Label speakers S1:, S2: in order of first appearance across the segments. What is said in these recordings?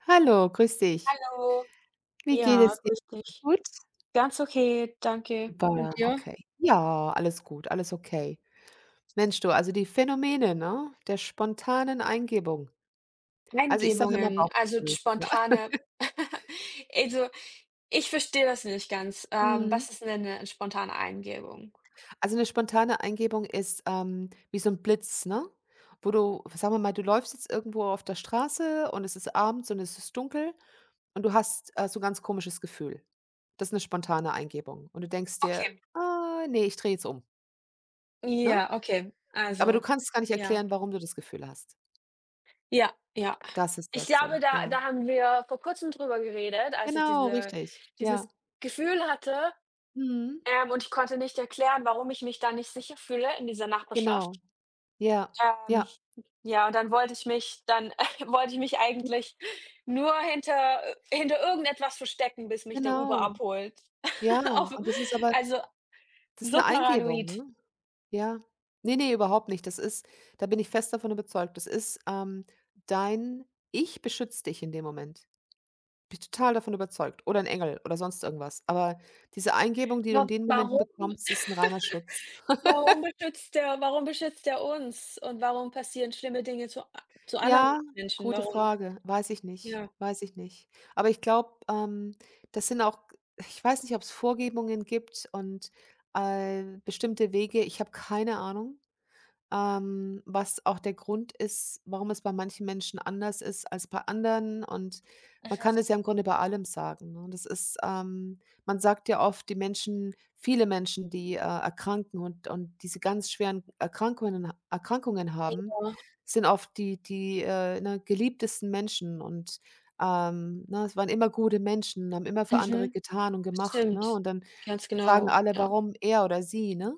S1: Hallo, grüß dich.
S2: Hallo.
S1: Wie geht
S2: Ja,
S1: es dir?
S2: grüß dich.
S1: Gut?
S2: Ganz okay, danke. Und
S1: Super,
S2: dir?
S1: okay. Ja, alles gut, alles okay. Mensch du, also die Phänomene, ne, der spontanen Eingebung. Also, ich sage immer
S2: Eingebungen, also
S1: Bauchgefühl, ja.
S2: spontane also, ich verstehe das nicht ganz.
S1: Mhm.
S2: Was ist denn eine spontane Eingebung?
S1: Also, eine spontane Eingebung ist, wie so ein Blitz, ne? Wo du, sagen wir mal, du läufst jetzt irgendwo auf der Straße und es ist abends und es ist dunkel und du hast, so 'n ganz komisches Gefühl. Das ist eine spontane Eingebung und du denkst dir:
S2: Okay.
S1: „Ah, ne, ich drehe jetzt um“, ne?
S2: Ja, okay.
S1: Aber du
S2: Also,
S1: kannst gar nicht
S2: ja.
S1: erklären, warum du das Gefühl hast.
S2: Ja, ja.
S1: Das ist
S2: Ich
S1: das
S2: glaube,
S1: so,
S2: da
S1: ja.
S2: da haben wir vor Kurzem drüber geredet, als ich
S1: Genau,
S2: diese
S1: richtig. Ja.
S2: dieses Gefühl hatte,
S1: Mhm.
S2: und ich konnte nicht erklären, warum ich mich da nicht sicher fühle in dieser
S1: Genau.
S2: Nachbarschaft.
S1: Ja, ja,
S2: Ähm Ja, und dann wollte ich mich dann wollte ich mich eigentlich nur hinter hinter irgendetwas verstecken, bis mich der Uber
S1: genau.
S2: abholt.
S1: Ja,
S2: Auf
S1: und das ist aber
S2: Also,
S1: das ist
S2: so
S1: 'ne Eingebung,
S2: paranoid.
S1: ne? Ja. Ne, ne, überhaupt nicht. Das ist da bin ich fest davon überzeugt. Das ist, dein Ich beschützt dich in dem Moment. Bin total davon überzeugt, oder 'n Engel oder sonst irgendwas. Aber diese Eingebung, die du in
S2: Wa
S1: den Momenten
S2: Warum
S1: bekommst, ist 'n reiner Schutz.
S2: warum beschützt der uns und warum passieren schlimme Dinge zu a zu anderen
S1: Ja,
S2: Menschen?
S1: gute
S2: Warum?
S1: Frage. Weiß ich nicht,
S2: Ja.
S1: weiß ich nicht. Aber ich glaube, das sind auch ich weiß nicht, ob es Vorgebungen gibt und, bestimmte Wege. Ich habe keine Ahnung. Was auch der Grund ist, warum es bei manchen Menschen anders ist als bei anderen. Und man
S2: Mhm.
S1: kann es ja im Grunde bei allem sagen, ne? Das ist, man sagt ja oft, die Menschen viele Menschen, die, erkranken und diese ganz schweren Erkrankungen haben,
S2: Ja.
S1: sind oft die ne, geliebtesten Menschen. Und, ne, es waren immer gute Menschen, haben immer für andere
S2: Mhm.
S1: getan und gemacht, ne?
S2: Stimmt.
S1: Und dann
S2: Ganz
S1: sagen
S2: genau.
S1: alle:
S2: Ja.
S1: „Warum er oder sie“, ne?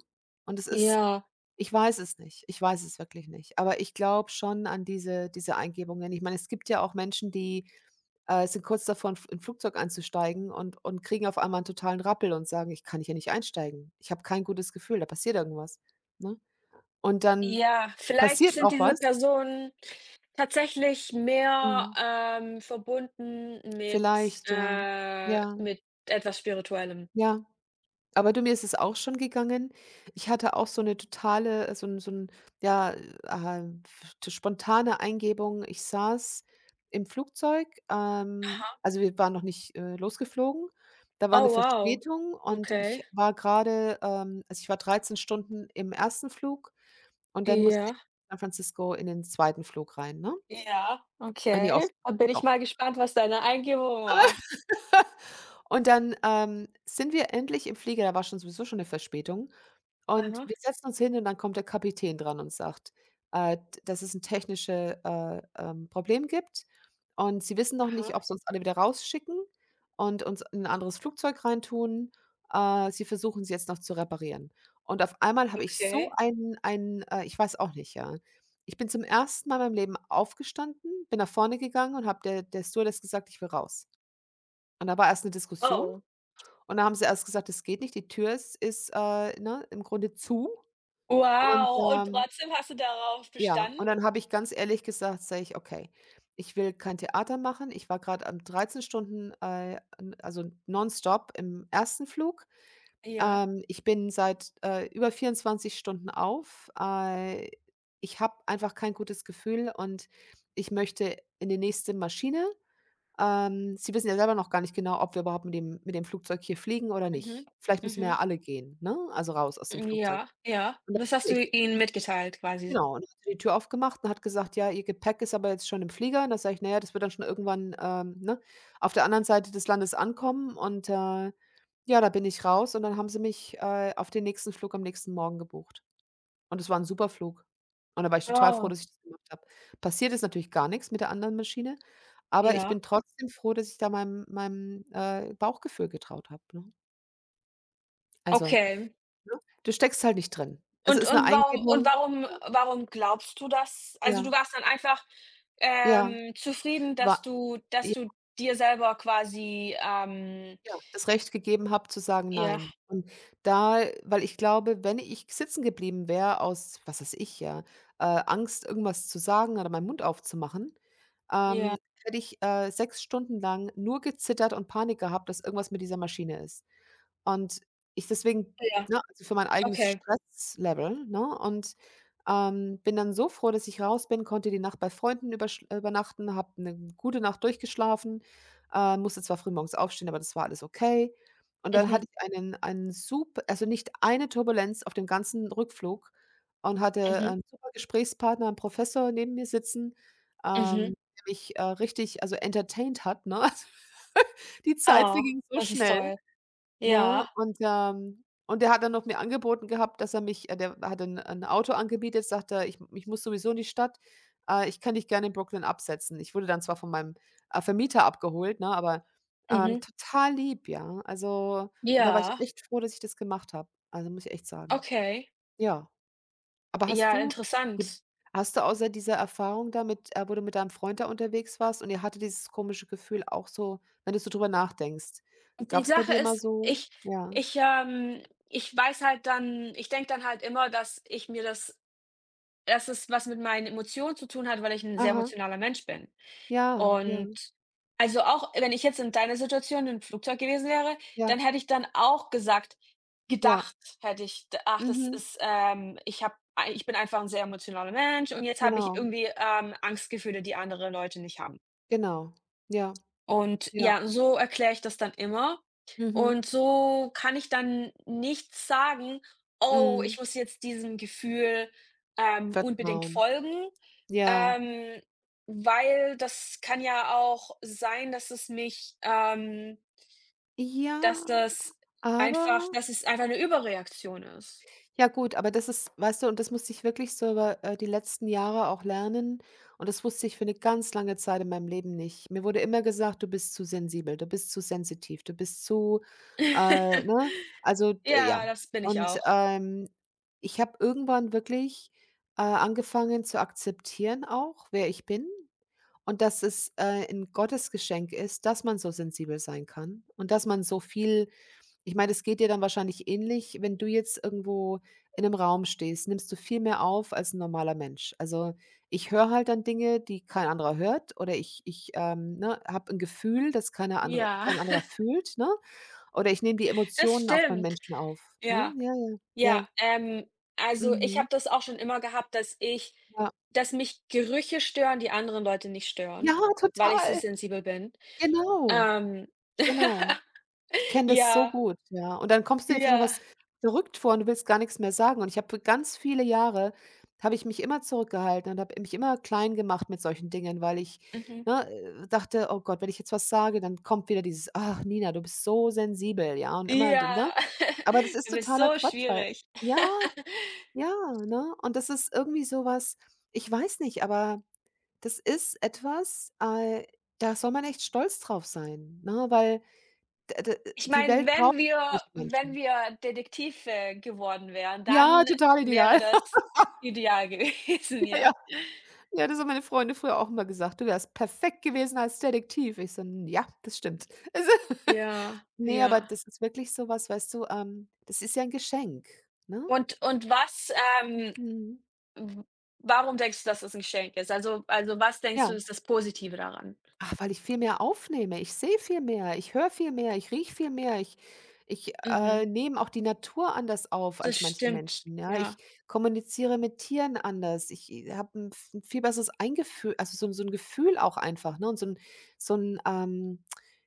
S1: Und es ist
S2: Ja.
S1: ich weiß es nicht. Ich weiß es wirklich nicht. Aber ich glaube schon an diese Eingebungen. Ich meine, es gibt ja auch Menschen, die, sind kurz davor, in 'n Flugzeug einzusteigen und kriegen auf einmal einen totalen Rappel und sagen: „Ich kann hier nicht einsteigen. Ich habe kein gutes Gefühl, da passiert irgendwas“, ne? Und dann
S2: Ja, vielleicht
S1: passiert
S2: sind
S1: auch
S2: diese
S1: was.
S2: Personen tatsächlich mehr,
S1: Mhm.
S2: verbunden
S1: Vielleicht, ja. Ja,
S2: mit etwas Spirituellem.
S1: ja. Aber du, mir ist es auch schon gegangen. Ich hatte auch so eine totale so ein, so 'n, ja, t spontane Eingebung. Ich saß im Flugzeug,
S2: Aha.
S1: also, wir waren noch nicht, losgeflogen. Da war
S2: Oh
S1: eine
S2: wow,
S1: Verspätung und ich
S2: okay.
S1: war gerade, also, ich war 13 Stunden im ersten Flug und dann musste ich
S2: Ja,
S1: in San Francisco in den zweiten Flug rein, ne?
S2: ja,
S1: An die aus
S2: okay. Da bin ich
S1: doch.
S2: mal gespannt, was deine Eingebung war.
S1: Und dann, sind wir endlich im Flieger, da war schon sowieso schon eine Verspätung. Und
S2: Aha,
S1: wir setzen uns hin und dann kommt der Kapitän dran und sagt, d dass es ein technisches Problem gibt und sie wissen noch nicht,
S2: aha,
S1: ob sie uns alle wieder rausschicken und uns in 'n anderes Flugzeug reintun. Sie versuchen es jetzt noch zu reparieren. Und auf einmal habe ich so
S2: okay.
S1: einen, ich weiß auch nicht, ja. Ich bin zum ersten Mal in meinem Leben aufgestanden, bin nach vorne gegangen und habe der Stewardess gesagt: „Ich will raus.“ Und da war erst eine Diskussion
S2: Oh,
S1: und da haben sie erst gesagt: es geht nicht, die Tür ist, ne, im Grunde zu.“ Und,
S2: wow. Und trotzdem hast du darauf
S1: ja,
S2: bestanden?
S1: und dann habe ich ganz ehrlich gesagt, sage ich: „Okay, ich will kein Theater machen.“ Ich war gerade am 13 Stunden, n also nonstop im ersten Flug.
S2: Ja.
S1: Ich bin seit, über 24 Stunden auf. Ich habe einfach kein gutes Gefühl und ich möchte in die nächste Maschine. Sie wissen ja selber noch gar nicht genau, ob wir überhaupt mit dem Flugzeug hier fliegen oder
S2: Mhm.
S1: nicht. Vielleicht müssen wir ja
S2: Mhm.
S1: alle gehen, ne, also raus aus dem Flugzeug.
S2: Ja, ja. Das hast du ihnen mitgeteilt quasi?
S1: Genau, und hat die Tür aufgemacht und hat gesagt: „Ja, ihr Gepäck ist aber jetzt schon im Flieger.“ Und da sage ich: naja, das wird dann schon irgendwann, ne, auf der anderen Seite des Landes ankommen.“ Und, ja, da bin ich raus und dann haben sie mich, auf den nächsten Flug am nächsten Morgen gebucht. Und es war ein super Flug. Und da war ich total froh,
S2: Oh,
S1: dass ich das gemacht habe. Passiert ist natürlich gar nichts mit der anderen Maschine, aber ich
S2: ja.
S1: bin trotzdem froh, dass ich da meinem Bauchgefühl getraut habe, ne? Also,
S2: Okay.
S1: ne, du steckst halt nicht drin. Es
S2: Und
S1: ist eine Eingebung.
S2: warum warum glaubst du das? Also,
S1: Ja,
S2: du warst dann einfach,
S1: ja,
S2: zufrieden, dass
S1: war ja.
S2: du dir selber quasi,
S1: Ja, das Recht gegeben habe zu sagen:
S2: ja,
S1: „Nein.“ Und da weil ich glaube, wenn ich sitzen geblieben wäre aus, was weiß ich, ja, Angst, irgendwas zu sagen oder meinen Mund aufzumachen,
S2: ja,
S1: ähm, hätte ich, 6 Stunden lang nur gezittert und Panik gehabt, dass irgendwas mit dieser Maschine ist. Und ich deswegen
S2: ja,
S1: ne, also für mein eigenes
S2: okay.
S1: Stresslevel, ne, und, bin dann so froh, dass ich raus bin, konnte die Nacht bei Freunden übersch übernachten, habe eine gute Nacht durchgeschlafen, musste zwar frühmorgens aufstehen, aber das war alles okay. Und dann
S2: Mhm,
S1: hatte ich einen sup also nicht eine Turbulenz auf dem ganzen Rückflug und hatte
S2: mhm,
S1: 'n super Gesprächspartner, einen Professor neben mir sitzen,
S2: mhm.
S1: der mich, richtig, also entertained hat, ne? Die Zeit
S2: Oh,
S1: verging so
S2: das ist
S1: schnell.
S2: toll.
S1: Ne?
S2: Ja,
S1: Und der hat dann noch mir angeboten gehabt, dass er mich der hat ein 'n Auto angebietet, sagt er: „Ich muss sowieso in die Stadt, ich kann dich gerne in Brooklyn absetzen.“ Ich wurde dann zwar von meinem, Vermieter abgeholt, ne, aber,
S2: mhm,
S1: total lieb, ja. Also, und da war ich
S2: ja,
S1: echt froh, dass ich das gemacht habe. Also, muss ich echt sagen.
S2: okay.
S1: Ja. Aber hast
S2: Ja,
S1: du gib
S2: interessant.
S1: hast du außer dieser Erfahrung damit, mit wo du mit deinem Freund da unterwegs warst und ihr hatte dieses komische Gefühl, auch so, wenn du so drüber nachdenkst, gab
S2: Die
S1: es bei
S2: Sache
S1: dir mal
S2: ist,
S1: so, ja?
S2: ich, ähm ich weiß halt dann ich denke dann halt immer, dass ich mir das dass es was mit meinen Emotionen zu tun hat, weil ich 'n sehr
S1: Aha,
S2: emotionaler Mensch bin.
S1: ja, ja,
S2: Und also, auch wenn ich jetzt in deiner Situation im Flugzeug gewesen wäre, dann
S1: ja,
S2: hätte ich dann auch gesagt
S1: ja.
S2: gedacht hätte ich, d ach, das
S1: Mhm.
S2: ist, ich habe ei ich bin einfach 'n sehr emotionaler Mensch und jetzt habe ich
S1: Genau,
S2: irgendwie, Angstgefühle, die andere Leute nicht haben.
S1: genau. Ja,
S2: Und
S1: ja.
S2: ja, so erkläre ich das dann immer.
S1: Mhm.
S2: Und so kann ich dann nicht sagen: „Oh,
S1: Mhm.
S2: ich muss jetzt diesem Gefühl, unbedingt
S1: Vertrauen.
S2: folgen“,
S1: Ja.
S2: ähm, weil das kann ja auch sein, dass
S1: Ja,
S2: das
S1: aber
S2: dass es einfach eine Überreaktion ist.
S1: ja gut, aber das ist, weißt du, und das musste ich wirklich so über, die letzten Jahre auch lernen. Und das wusste ich für eine ganz lange Zeit in meinem Leben nicht. Mir wurde immer gesagt: „Du bist zu sensibel, du bist zu sensitiv, du bist zu“ ne? Also, d
S2: Ja,
S1: ja.
S2: das bin ich
S1: Und,
S2: auch.
S1: ich habe irgendwann wirklich, angefangen zu akzeptieren auch, wer ich bin, und dass es, 'n Gottesgeschenk ist, dass man so sensibel sein kann und dass man so viel ich meine, es geht dir dann wahrscheinlich ähnlich, wenn du jetzt irgendwo in einem Raum stehst, nimmst du viel mehr auf als 'n normaler Mensch. Also, ich höre halt dann Dinge, die kein anderer hört, oder ich, ne, habe ein Gefühl, das
S2: Ja,
S1: kein anderer fühlt, ne? Oder ich nehme die
S2: das
S1: Emotionen auch von
S2: stimmt.
S1: Menschen auf, ne?
S2: Ja.
S1: Ja, ja, ja.
S2: Ja, also, ich
S1: Mhm.
S2: habe das auch schon immer gehabt,
S1: Ja.
S2: dass mich Gerüche stören, die anderen Leute nicht stören,
S1: Ja,
S2: weil ich so
S1: total.
S2: sensibel bin.
S1: Genau,
S2: Ähm,
S1: genau. Kenne das so
S2: ja,
S1: gut, ja. Und dann kommst du dir schon
S2: ja,
S1: was verrückt vor und du willst gar nichts mehr sagen. Und ich habe ganz viele Jahre habe ich mich immer zurückgehalten und habe mich immer klein gemacht mit solchen Dingen, weil ich,
S2: mhm,
S1: ne, dachte: „Oh Gott, wenn ich jetzt was sage, dann kommt wieder dieses: ‚Ach Nina, du bist so sensibel'“, ja, und immer, ne?
S2: ja.
S1: Aber das ist
S2: Du bist
S1: totaler
S2: so
S1: Quatsch, weil
S2: schwierig.
S1: ja, ja, ne? Und das ist irgendwie so was ich weiß nicht, aber das ist etwas, da soll man echt stolz drauf sein, ne, weil D d
S2: Ich
S1: die
S2: meine,
S1: Welt braucht
S2: wenn wir
S1: solche
S2: wenn
S1: Menschen.
S2: wir Detektive geworden wären,
S1: Ja,
S2: dann
S1: total
S2: wäre
S1: ideal.
S2: das ideal gewesen,
S1: Ja, ja.
S2: ja.
S1: Ja, das haben meine Freunde früher auch immer gesagt: „Du wärst perfekt gewesen als Detektiv.“ Ich so: „N ja, das stimmt.“ Also,
S2: Ja,
S1: ne, aber
S2: ja.
S1: das ist wirklich so was, weißt du, das ist ja 'n Geschenk, ne?
S2: Und was, ähm
S1: Mhm.
S2: W warum denkst du, dass das 'n Geschenk ist? Also, was denkst
S1: Ja.
S2: du, ist das Positive daran?
S1: Ach, weil ich viel mehr aufnehme. Ich sehe viel mehr, ich höre viel mehr, ich rieche viel mehr. Ich,
S2: Mhm,
S1: nehme auch die Natur anders auf
S2: das
S1: als manche
S2: stimmt,
S1: Menschen, ja. Ich
S2: ja.
S1: kommuniziere mit Tieren anders. Ich, habe 'n v viel besseres Eingefühl, also, so ein so 'n Gefühl auch einfach, ne, und so ein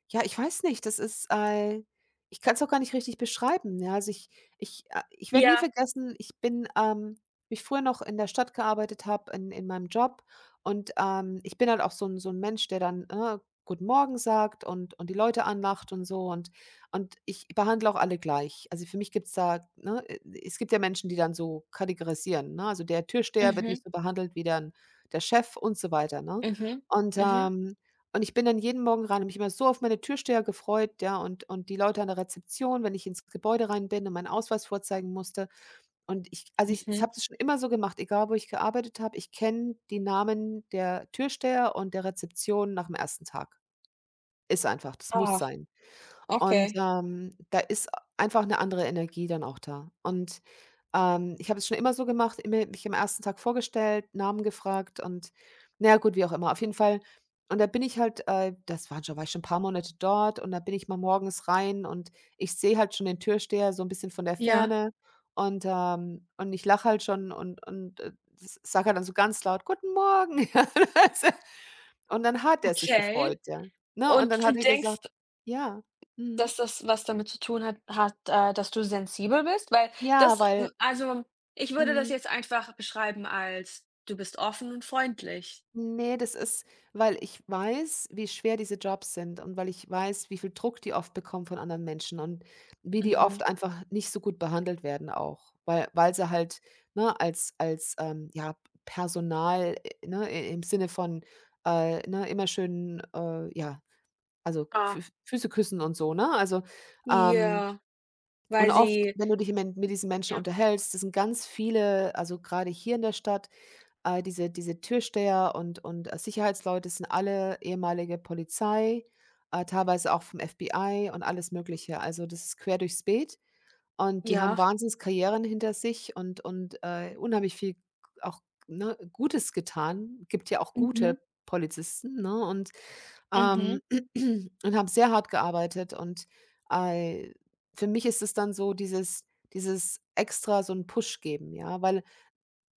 S1: ja, ich weiß nicht, das ist, ich kann es auch gar nicht richtig beschreiben, ja. Also, ich, ich werde nie
S2: Ja.
S1: vergessen, ich bin, wie ich früher noch in der Stadt gearbeitet habe, in meinem Job, und, ich bin halt auch so ein Mensch, der dann, ne, guten Morgen sagt und die Leute anlacht und so, und ich behandle auch alle gleich. Also, für mich gibt es da ne, es gibt ja Menschen, die dann so kategorisieren, ne? Also, der Türsteher wird nicht
S2: Mhm,
S1: so behandelt wie dann der Chef und so weiter, ne?
S2: mhm,
S1: Und,
S2: mhm,
S1: ähm und ich bin dann jeden Morgen rein, habe mich immer so auf meine Türsteher gefreut, ja, und die Leute an der Rezeption, wenn ich ins Gebäude rein bin und meinen Ausweis vorzeigen musste. Und ich
S2: mhm.
S1: habe das schon immer so gemacht, egal wo ich gearbeitet habe, ich kenne die Namen der Türsteher und der Rezeption nach dem ersten Tag. Ist einfach, das muss
S2: Ah,
S1: sein. Und,
S2: okay.
S1: ähm, da ist einfach eine andere Energie dann auch da. Ich habe es schon immer so gemacht, immer mich am ersten Tag vorgestellt, Namen gefragt und na ja, gut, wie auch immer. Auf jeden Fall und da bin ich halt, das waren schon war ich schon ein paar Monate dort und da bin ich mal morgens rein und ich sehe halt schon den Türsteher so ein bisschen von der
S2: Ja,
S1: Ferne und und ich lache halt schon und sage halt dann so ganz laut: „Guten Morgen.“ Ja, also, und dann hat er sich
S2: okay.
S1: gefreut, ja, ne? Und
S2: Und
S1: dann
S2: du
S1: hat er gesagt
S2: denkst,
S1: ja. Mhm.
S2: dass das was damit zu tun hat, dass du sensibel bist? Weil
S1: Ja,
S2: das
S1: weil
S2: w also, ich würde das
S1: hm,
S2: jetzt einfach beschreiben als: Du bist offen und freundlich.
S1: ne, das ist weil ich weiß, wie schwer diese Jobs sind und weil ich weiß, wie viel Druck die oft bekommen von anderen Menschen und wie die
S2: Mhm.
S1: oft einfach nicht so gut behandelt werden auch, weil sie halt, ne, als ja, Personal, ne, i im Sinne von, ne, immer schön, ja, also
S2: Ah,
S1: Fü Füße küssen und so, ne? Also, ähm,
S2: ja. Weil
S1: und oft,
S2: sie
S1: wenn du dich mit diesen Menschen
S2: ja.
S1: unterhältst, das sind ganz viele, also grade hier in der Stadt. Diese Türsteher und Sicherheitsleute sind alle ehemalige Polizei, teilweise auch vom FBI und alles Mögliche. Also, das ist quer durchs Beet und die
S2: Ja,
S1: haben Wahnsinnskarrieren hinter sich und unheimlich viel auch, ne, Gutes getan. Gibt ja auch gute
S2: mhm,
S1: Polizisten, ne, und, ähm
S2: mhm.
S1: und haben sehr hart gearbeitet und, äh, für mich ist es dann so dieses extra so einen Push geben, ja, weil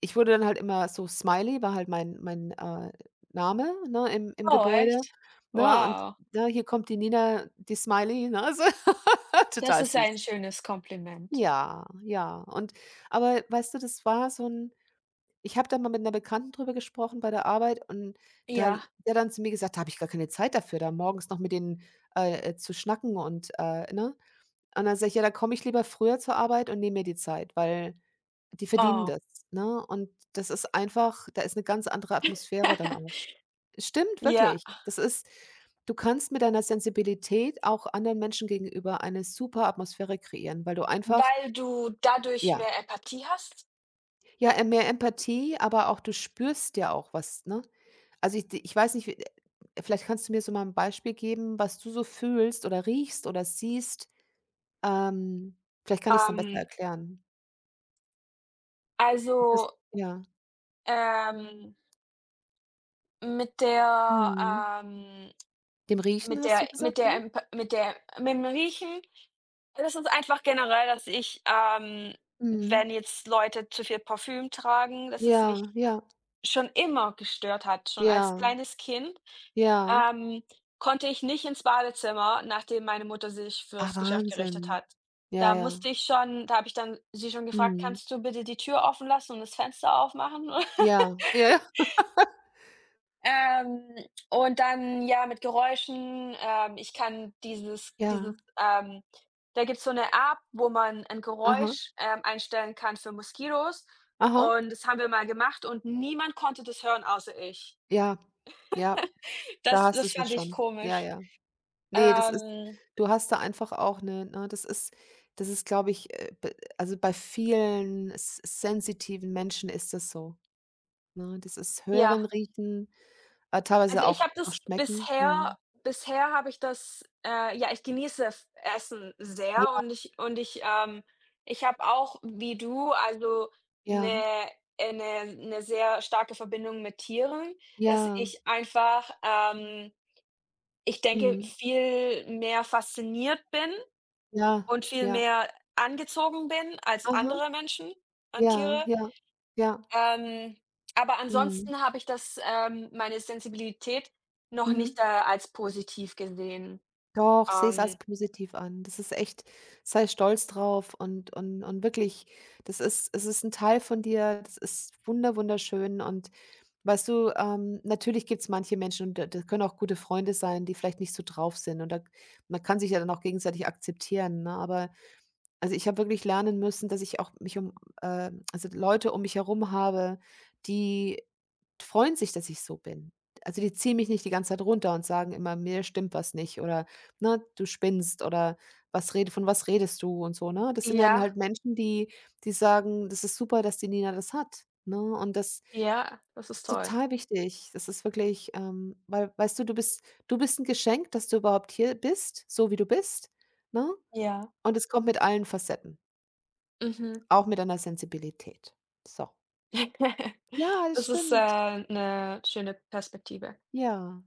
S1: ich wurde dann halt immer so Smiley, war halt mein Name, ne, im
S2: Oh,
S1: Gebäude,
S2: echt?
S1: ne? Und,
S2: Wow,
S1: ne, hier kommt die Nina, die Smiley, ne? So
S2: das
S1: total
S2: ist
S1: süß.
S2: ein schönes Kompliment.
S1: Ja, ja. Und aber weißt du, das war so ein ich habe da mal mit einer Bekannten drüber gesprochen bei der Arbeit und da
S2: Ja,
S1: der dann zu mir gesagt: „Da habe ich gar keine Zeit dafür, da morgens noch mit denen, zu schnacken. Ne? Und dann sage ich: „Ja, da komme ich lieber früher zur Arbeit und nehme mir die Zeit, weil die verdienen
S2: oh.
S1: das, ne?“ Und das ist einfach da ist eine ganz andere Atmosphäre dann auch. Stimmt,
S2: Ja,
S1: wirklich. Das ist du kannst mit deiner Sensibilität auch anderen Menschen gegenüber eine super Atmosphäre kreieren, weil du einfach
S2: weil du dadurch
S1: ja,
S2: mehr Empathie hast?
S1: ja, mehr Empathie, aber auch du spürst ja auch was, ne? Also, ich weiß nicht, wie vielleicht kannst du mir so mal ein Beispiel geben, was du so fühlst oder riechst oder siehst? Ähm, Vielleicht kann ich es dann besser
S2: Ähm,
S1: erklären. Ist es
S2: also,
S1: ja.
S2: ähm, mit der
S1: Mhm.
S2: ähm,
S1: Dem Riechen
S2: mit
S1: hast du
S2: der mit
S1: gesagt, ne?
S2: der Emp mit der mit dem Riechen das ist einfach generell, dass ich,
S1: Mhm.
S2: wenn jetzt Leute zu viel Parfüm tragen, dass es mich
S1: Ja, ja,
S2: schon immer gestört hat, schon als
S1: ja,
S2: kleines Kind,
S1: ja.
S2: ähm, konnte ich nicht ins Badezimmer, nachdem meine Mutter sich
S1: Ah,
S2: fürs Geschäft gerichtet
S1: Wahnsinn.
S2: hat.
S1: Ja,
S2: Da
S1: ja.
S2: musste ich schon da habe ich dann sie schon gefragt:
S1: Mhm.
S2: „Kannst du bitte die Tür offen lassen und das Fenster aufmachen?“
S1: Ja, ja, ja,
S2: Ähm, und dann, ja, mit Geräuschen, ich kann dieses
S1: ja.
S2: dieses, da gibt's so eine App, wo man ein
S1: Aha,
S2: Geräusch, einstellen kann für Moskitos
S1: aha.
S2: und das haben wir mal gemacht und niemand konnte das hören außer ich.
S1: Ja, ja, da
S2: Das
S1: hast
S2: das
S1: du's ja
S2: fand ich
S1: schon. Ja,
S2: komisch.
S1: ja. Ne, das ist
S2: Ähm,
S1: du hast da einfach auch 'ne ne, das ist, glaube ich, b also, bei vielen s sensitiven Menschen ist das so, ne? Das ist hören,
S2: ja,
S1: riechen, teilweise
S2: also, ich
S1: auch
S2: habe
S1: auch
S2: das
S1: schmecken.
S2: bisher
S1: Mhm.
S2: bisher habe ich das ja, ich genieße F Essen sehr
S1: Ja,
S2: und ich, ich habe auch wie du, also,
S1: ja,
S2: 'ne 'ne sehr starke Verbindung mit Tieren, dass
S1: ja.
S2: ich einfach, ich denke,
S1: Mhm.
S2: viel mehr fasziniert bin
S1: Ja,
S2: und viel
S1: ja.
S2: mehr angezogen bin als
S1: Aha.
S2: andere Menschen an
S1: Ja,
S2: Tiere.
S1: ja, ja.
S2: Ähm, aber
S1: Mhm.
S2: ansonsten habe ich das meine Sensibilität noch
S1: Mhm.
S2: nicht, als positiv gesehen.
S1: Doch, sehe es als
S2: Ähm,
S1: positiv an. Das ist echt sei stolz drauf und und wirklich, das ist es ist ein Teil von dir, das ist wunder wunderschön und weißt du, natürlich gibt es manche Menschen und da können auch gute Freunde sein, die vielleicht nicht so drauf sind und da man kann sich ja dann auch gegenseitig akzeptieren, ne? Aber also, ich habe wirklich lernen müssen, dass ich auch mich um, also, Leute um mich herum habe, die freuen sich, dass ich so bin. Also, die ziehen mich nicht die ganze Zeit runter und sagen immer: „Mir stimmt was nicht“ oder, ne: „Du spinnst“ oder „Was rede von was redest du“ und so, ne? Das sind dann
S2: ja,
S1: halt Menschen, die die sagen: „Das ist super, dass die Nina das hat“, ne? Und das
S2: ja, das ist
S1: ist
S2: toll.
S1: total wichtig. Das ist wirklich, weil, weißt du, du bist ein Geschenk, dass du überhaupt hier bist, so wie du bist, ne?
S2: Ja.
S1: Und es kommt mit allen Facetten.
S2: Mhm.
S1: Auch mit einer Sensibilität. So. Ja, das
S2: Das ist,
S1: stimmt.
S2: 'ne schöne Perspektive.
S1: Ja.